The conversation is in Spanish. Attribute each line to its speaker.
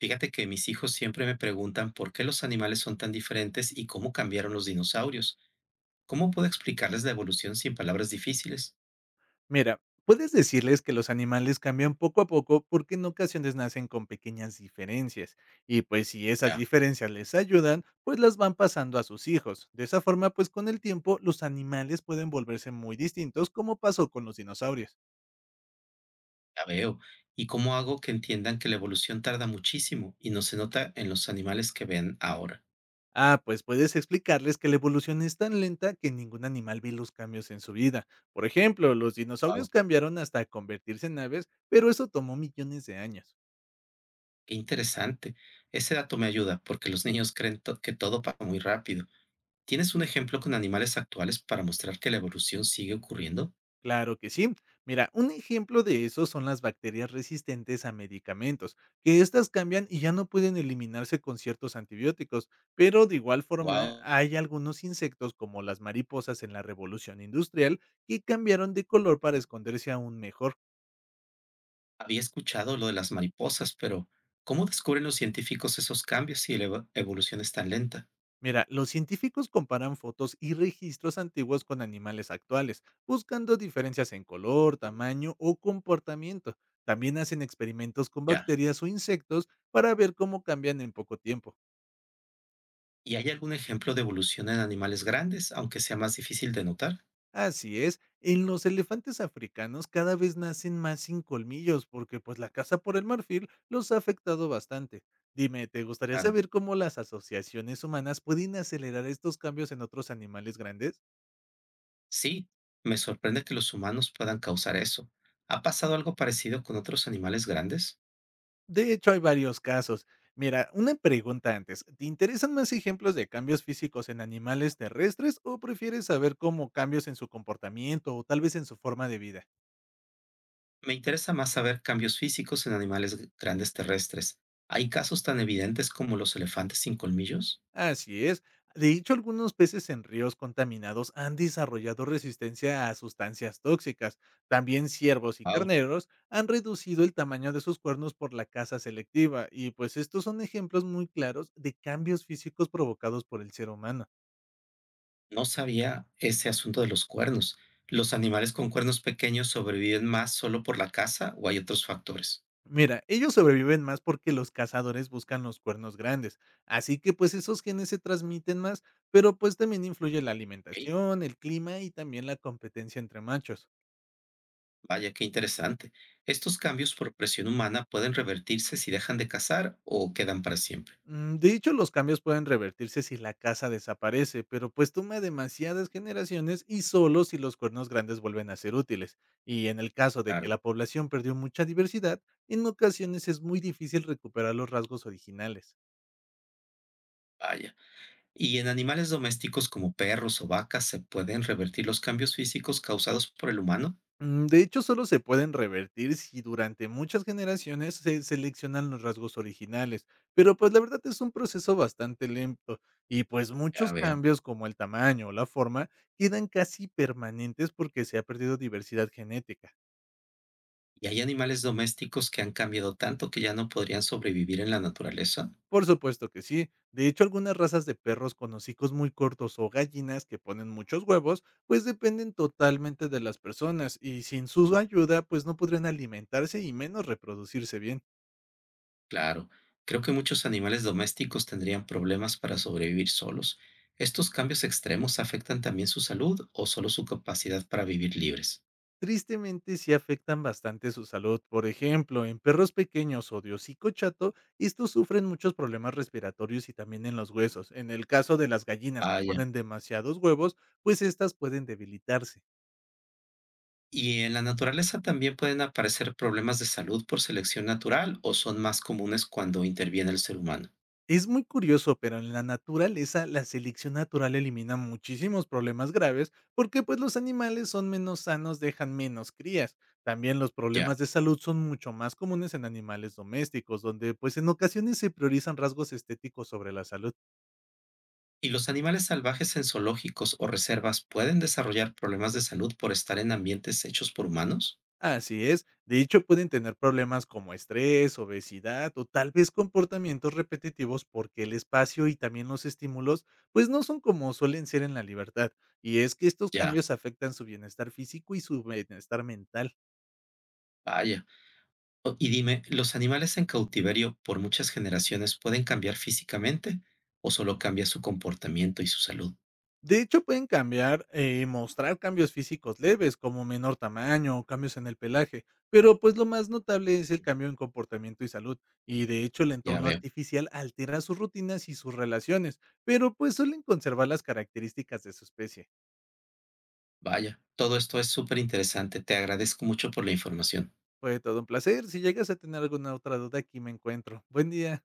Speaker 1: Fíjate que mis hijos siempre me preguntan por qué los animales son tan diferentes y cómo cambiaron los dinosaurios. ¿Cómo puedo explicarles la evolución sin palabras difíciles?
Speaker 2: Mira, puedes decirles que los animales cambian poco a poco porque en ocasiones nacen con pequeñas diferencias y pues si esas
Speaker 1: Ya,
Speaker 2: diferencias les ayudan, pues las van pasando a sus hijos. De esa forma, pues con el tiempo los animales pueden volverse muy distintos como pasó con los dinosaurios.
Speaker 1: ya veo. ¿Y cómo hago que entiendan que la evolución tarda muchísimo y no se nota en los animales que ven ahora?
Speaker 2: Ah, pues puedes explicarles que la evolución es tan lenta que ningún animal ve los cambios en su vida. Por ejemplo, los dinosaurios
Speaker 1: Wow,
Speaker 2: cambiaron hasta convertirse en aves, pero eso tomó millones de años.
Speaker 1: qué interesante. Ese dato me ayuda porque los niños creen que todo pasa muy rápido. ¿Tienes un ejemplo con animales actuales para mostrar que la evolución sigue ocurriendo?
Speaker 2: Claro que sí. Mira, un ejemplo de eso son las bacterias resistentes a medicamentos, que estas cambian y ya no pueden eliminarse con ciertos antibióticos, pero de igual forma
Speaker 1: Wow.
Speaker 2: hay algunos insectos como las mariposas en la revolución industrial que cambiaron de color para esconderse aún mejor.
Speaker 1: Había escuchado lo de las mariposas, pero ¿cómo descubren los científicos esos cambios si la evolución es tan lenta?
Speaker 2: Mira, los científicos comparan fotos y registros antiguos con animales actuales, buscando diferencias en color, tamaño o comportamiento. También hacen experimentos con
Speaker 1: Ya.
Speaker 2: bacterias o insectos para ver cómo cambian en poco tiempo.
Speaker 1: ¿Y hay algún ejemplo de evolución en animales grandes, aunque sea más difícil de notar?
Speaker 2: Así es, en los elefantes africanos cada vez nacen más sin colmillos porque pues la caza por el marfil los ha afectado bastante. Dime, ¿te gustaría
Speaker 1: Claro.
Speaker 2: saber cómo las asociaciones humanas pueden acelerar estos cambios en otros animales grandes?
Speaker 1: Sí, me sorprende que los humanos puedan causar eso. ¿Ha pasado algo parecido con otros animales grandes?
Speaker 2: De hecho, hay varios casos. Mira, una pregunta antes. ¿Te interesan más ejemplos de cambios físicos en animales terrestres o prefieres saber cómo cambios en su comportamiento o tal vez en su forma de vida?
Speaker 1: Me interesa más saber cambios físicos en animales grandes terrestres. ¿Hay casos tan evidentes como los elefantes sin colmillos?
Speaker 2: Así es. De hecho, algunos peces en ríos contaminados han desarrollado resistencia a sustancias tóxicas. También ciervos y carneros han reducido el tamaño de sus cuernos por la caza selectiva y pues estos son ejemplos muy claros de cambios físicos provocados por el ser humano.
Speaker 1: No sabía ese asunto de los cuernos. ¿Los animales con cuernos pequeños sobreviven más solo por la caza o hay otros factores?
Speaker 2: Mira, ellos sobreviven más porque los cazadores buscan los cuernos grandes, así que pues esos genes se transmiten más, pero pues también influye la
Speaker 1: Ok,
Speaker 2: alimentación, el clima y también la competencia entre machos.
Speaker 1: vaya, qué interesante. ¿Estos cambios por presión humana pueden revertirse si dejan de cazar o quedan para siempre?
Speaker 2: Mm, de hecho, los cambios pueden revertirse si la caza desaparece, pero pues toma demasiadas generaciones y solo si los cuernos grandes vuelven a ser útiles. Y en el caso de que
Speaker 1: Claro,
Speaker 2: la población perdió mucha diversidad, en ocasiones es muy difícil recuperar los rasgos originales.
Speaker 1: vaya. ¿Y en animales domésticos como perros o vacas se pueden revertir los cambios físicos causados por el humano?
Speaker 2: Mm, de hecho, solo se pueden revertir si durante muchas generaciones se seleccionan los rasgos originales, pero pues la verdad es un proceso bastante lento y pues
Speaker 1: Ya
Speaker 2: muchos
Speaker 1: veo.
Speaker 2: cambios como el tamaño o la forma quedan casi permanentes porque se ha perdido diversidad genética.
Speaker 1: ¿Y hay animales domésticos que han cambiado tanto que ya no podrían sobrevivir en la naturaleza?
Speaker 2: Por supuesto que sí. De hecho, algunas razas de perros con hocicos muy cortos o gallinas que ponen muchos huevos, pues dependen totalmente de las personas y sin su ayuda, pues no podrían alimentarse y menos reproducirse bien.
Speaker 1: Claro, creo que muchos animales domésticos tendrían problemas para sobrevivir solos. ¿Estos cambios extremos afectan también su salud o solo su capacidad para vivir libres?
Speaker 2: Tristemente sí afectan bastante su salud. Por ejemplo, en perros pequeños o de hocico chato, estos sufren muchos problemas respiratorios y también en los huesos. En el caso de las gallinas que
Speaker 1: Vaya.
Speaker 2: ponen demasiados huevos, pues estas pueden debilitarse.
Speaker 1: ¿Y en la naturaleza también pueden aparecer problemas de salud por selección natural o son más comunes cuando interviene el ser humano?
Speaker 2: Es muy curioso, pero en la naturaleza la selección natural elimina muchísimos problemas graves porque pues los animales son menos sanos, dejan menos crías. También los
Speaker 1: Ya.
Speaker 2: problemas de salud son mucho más comunes en animales domésticos, donde pues en ocasiones se priorizan rasgos estéticos sobre la salud.
Speaker 1: ¿Y los animales salvajes en zoológicos o reservas pueden desarrollar problemas de salud por estar en ambientes hechos por humanos?
Speaker 2: Así es. De hecho, pueden tener problemas como estrés, obesidad o tal vez comportamientos repetitivos porque el espacio y también los estímulos pues no son como suelen ser en la libertad. Y es que estos
Speaker 1: Ya.
Speaker 2: cambios afectan su bienestar físico y su bienestar mental.
Speaker 1: Vaya. Y dime, ¿los animales en cautiverio por muchas generaciones pueden cambiar físicamente o solo cambia su comportamiento y su salud?
Speaker 2: De hecho, pueden cambiar mostrar cambios físicos leves, como menor tamaño o cambios en el pelaje, pero pues lo más notable es el cambio en comportamiento y salud, y de hecho el
Speaker 1: Ya
Speaker 2: entorno
Speaker 1: veo.
Speaker 2: artificial altera sus rutinas y sus relaciones, pero pues suelen conservar las características de su especie.
Speaker 1: Vaya, todo esto es súper interesante. Te agradezco mucho por la información.
Speaker 2: Fue todo un placer, si llegas a tener alguna otra duda aquí me encuentro. Buen día.